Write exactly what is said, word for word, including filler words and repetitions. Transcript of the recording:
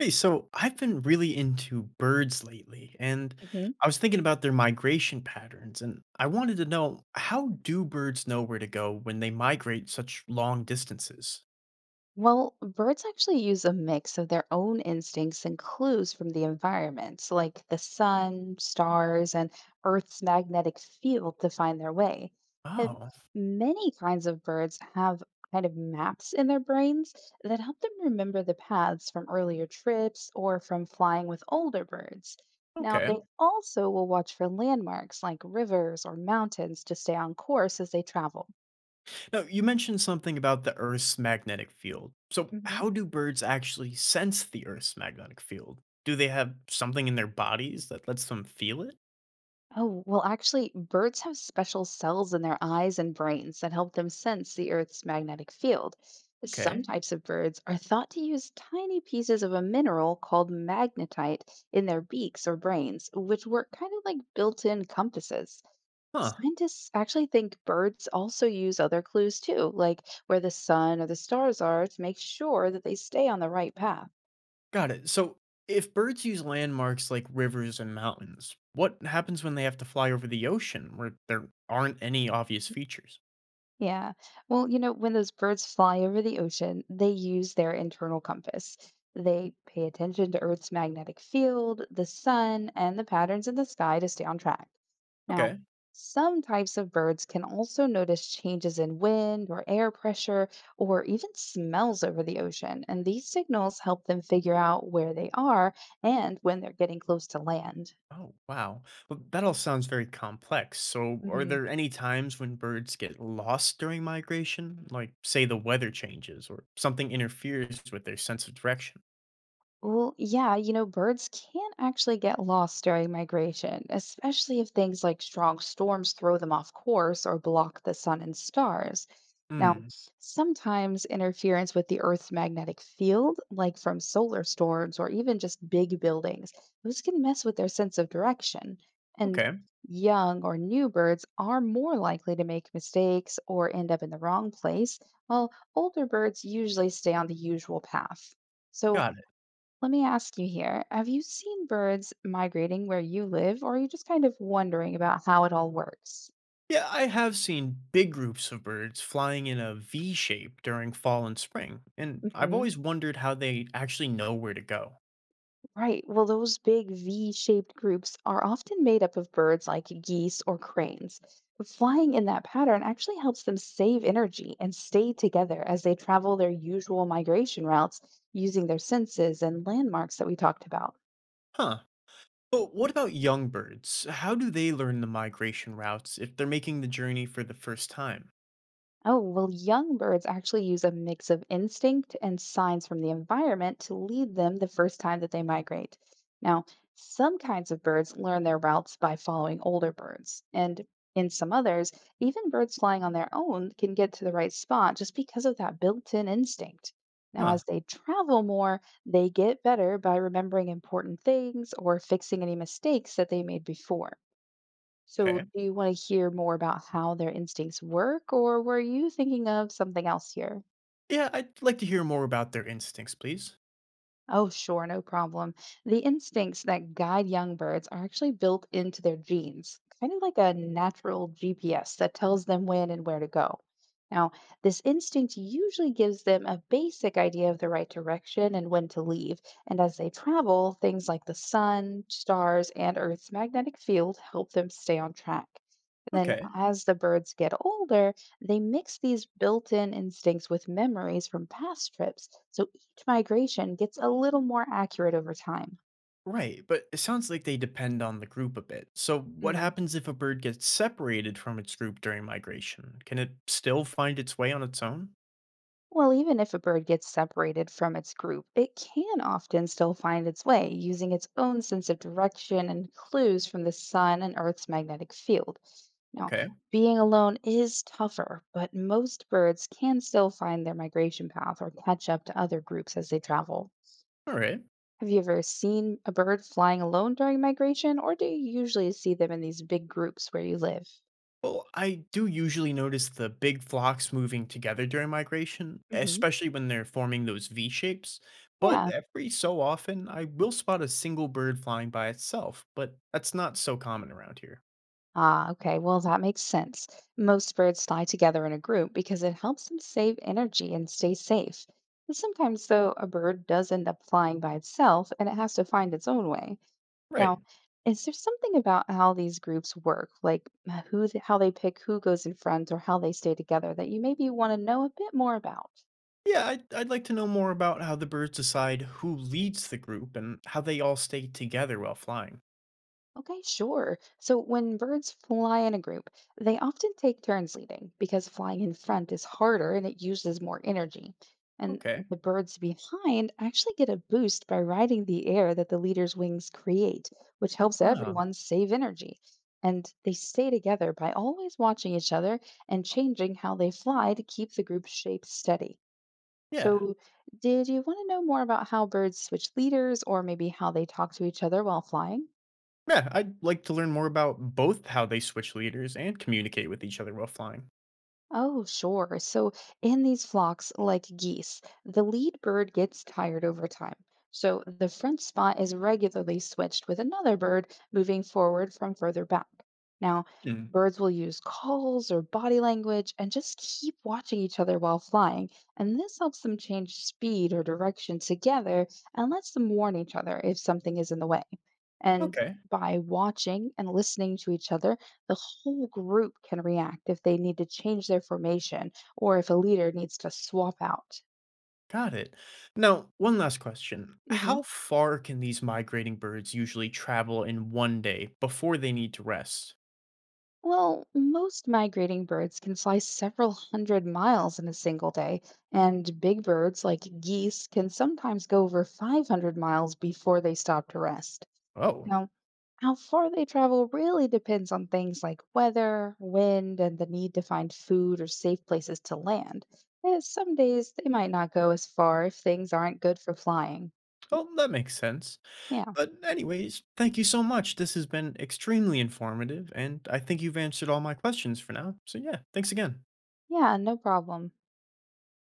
Hey, so I've been really into birds lately, and hmm I was thinking about their migration patterns, and I wanted to know how do birds know where to go when they migrate such long distances? Well, birds actually use a mix of their own instincts and clues from the environment, so like the sun, stars, and Earth's magnetic field to find their way. And Oh, many kinds of birds have kind of maps in their brains that help them remember the paths from earlier trips or from flying with older birds. Now, okay. they also will watch for landmarks like rivers or mountains to stay on course as they travel. Now, you mentioned something about the Earth's magnetic field. So, how do birds actually sense the Earth's magnetic field? Do they have something in their bodies that lets them feel it? Oh, well, actually, birds have special cells in their eyes and brains that help them sense the Earth's magnetic field. Some Okay. types of birds are thought to use tiny pieces of a mineral called magnetite in their beaks or brains, which work kind of like built in compasses. Huh. Scientists actually think birds also use other clues too, like where the sun or the stars are, to make sure that they stay on the right path. Got it. So, if birds use landmarks like rivers and mountains, what happens when they have to fly over the ocean where there aren't any obvious features? Yeah. Well, you know, when those birds fly over the ocean, they use their internal compass. They pay attention to Earth's magnetic field, the sun, and the patterns in the sky to stay on track. Now, Okay. some types of birds can also notice changes in wind or air pressure or even smells over the ocean, and these signals help them figure out where they are and when they're getting close to land. Oh, wow. Well, that all sounds very complex. So, are Mhm. there any times when birds get lost during migration? Like, say, the weather changes or something interferes with their sense of direction? Well, yeah, you know, birds can actually get lost during migration, especially if things like strong storms throw them off course or block the sun and stars. Now, Hmm. sometimes interference with the Earth's magnetic field, like from solar storms or even just big buildings, those can mess with their sense of direction. And Okay. young or new birds are more likely to make mistakes or end up in the wrong place, while older birds usually stay on the usual path. So, Got it. let me ask you here. Have you seen birds migrating where you live, or are you just kind of wondering about how it all works? Yeah, I have seen big groups of birds flying in a V shape during fall and spring, and I've Hmm. always wondered how they actually know where to go. Right. Well, those big V shaped groups are often made up of birds like geese or cranes. Flying in that pattern actually helps them save energy and stay together as they travel their usual migration routes using their senses and landmarks that we talked about. Huh. But what about young birds? How do they learn the migration routes if they're making the journey for the first time? Oh, well, young birds actually use a mix of instinct and signs from the environment to lead them the first time that they migrate. Now, some kinds of birds learn their routes by following older birds, and in some others, even birds flying on their own can get to the right spot just because of that built in instinct. Now, Huh. as they travel more, they get better by remembering important things or fixing any mistakes that they made before. So, Okay. do you want to hear more about how their instincts work, or were you thinking of something else here? Yeah, I'd like to hear more about their instincts, please. Oh, sure, no problem. The instincts that guide young birds are actually built into their genes, kind of like a natural G P S that tells them when and where to go. Now, this instinct usually gives them a basic idea of the right direction and when to leave. And as they travel, things like the sun, stars, and Earth's magnetic field help them stay on track. Then, Okay. as the birds get older, they mix these built in instincts with memories from past trips. So migration gets a little more accurate over time. Right, but it sounds like they depend on the group a bit. So, what Mm. happens if a bird gets separated from its group during migration? Can it still find its way on its own? Well, even if a bird gets separated from its group, it can often still find its way using its own sense of direction and clues from the sun and Earth's magnetic field. Now, Okay. being alone is tougher, but most birds can still find their migration path or catch up to other groups as they travel. All right. Have you ever seen a bird flying alone during migration, or do you usually see them in these big groups where you live? Well, I do usually notice the big flocks moving together during migration, Hmm. especially when they're forming those V shapes. But Yeah, every so often, I will spot a single bird flying by itself, but that's not so common around here. ah, okay. Well, that makes sense. Most birds fly together in a group because it helps them save energy and stay safe. And sometimes, though, a bird does end up flying by itself and it has to find its own way. Right. Now, is there something about how these groups work, like uh, who, th- how they pick who goes in front or how they stay together, that you maybe want to know a bit more about? Yeah, I'd, I'd like to know more about how the birds decide who leads the group and how they all stay together while flying. Okay, sure. So when birds fly in a group, they often take turns leading because flying in front is harder and it uses more energy. And Okay. the birds behind actually get a boost by riding the air that the leader's wings create, which helps Ah, everyone save energy. And they stay together by always watching each other and changing how they fly to keep the group shape steady. yeah. So, did you want to know more about how birds switch leaders or maybe how they talk to each other while flying? Yeah, I'd like to learn more about both how they switch leaders and communicate with each other while flying. Oh, sure. So, in these flocks, like geese, the lead bird gets tired over time. So, the front spot is regularly switched with another bird moving forward from further back. Now, Hmm. birds will use calls or body language and just keep watching each other while flying. And this helps them change speed or direction together and lets them warn each other if something is in the way. And Okay. by watching and listening to each other, the whole group can react if they need to change their formation or if a leader needs to swap out. Got it. Now, one last question. hmm How far can these migrating birds usually travel in one day before they need to rest? Well, most migrating birds can fly several hundred miles in a single day, and big birds like geese can sometimes go over five hundred miles before they stop to rest. Oh, Now, how far they travel really depends on things like weather, wind, and the need to find food or safe places to land. Uh, Some days they might not go as far if things aren't good for flying. well, that makes sense. Yeah. But, anyways, thank you so much. This has been extremely informative, and I think you've answered all my questions for now. So, yeah, thanks again. Yeah, no problem.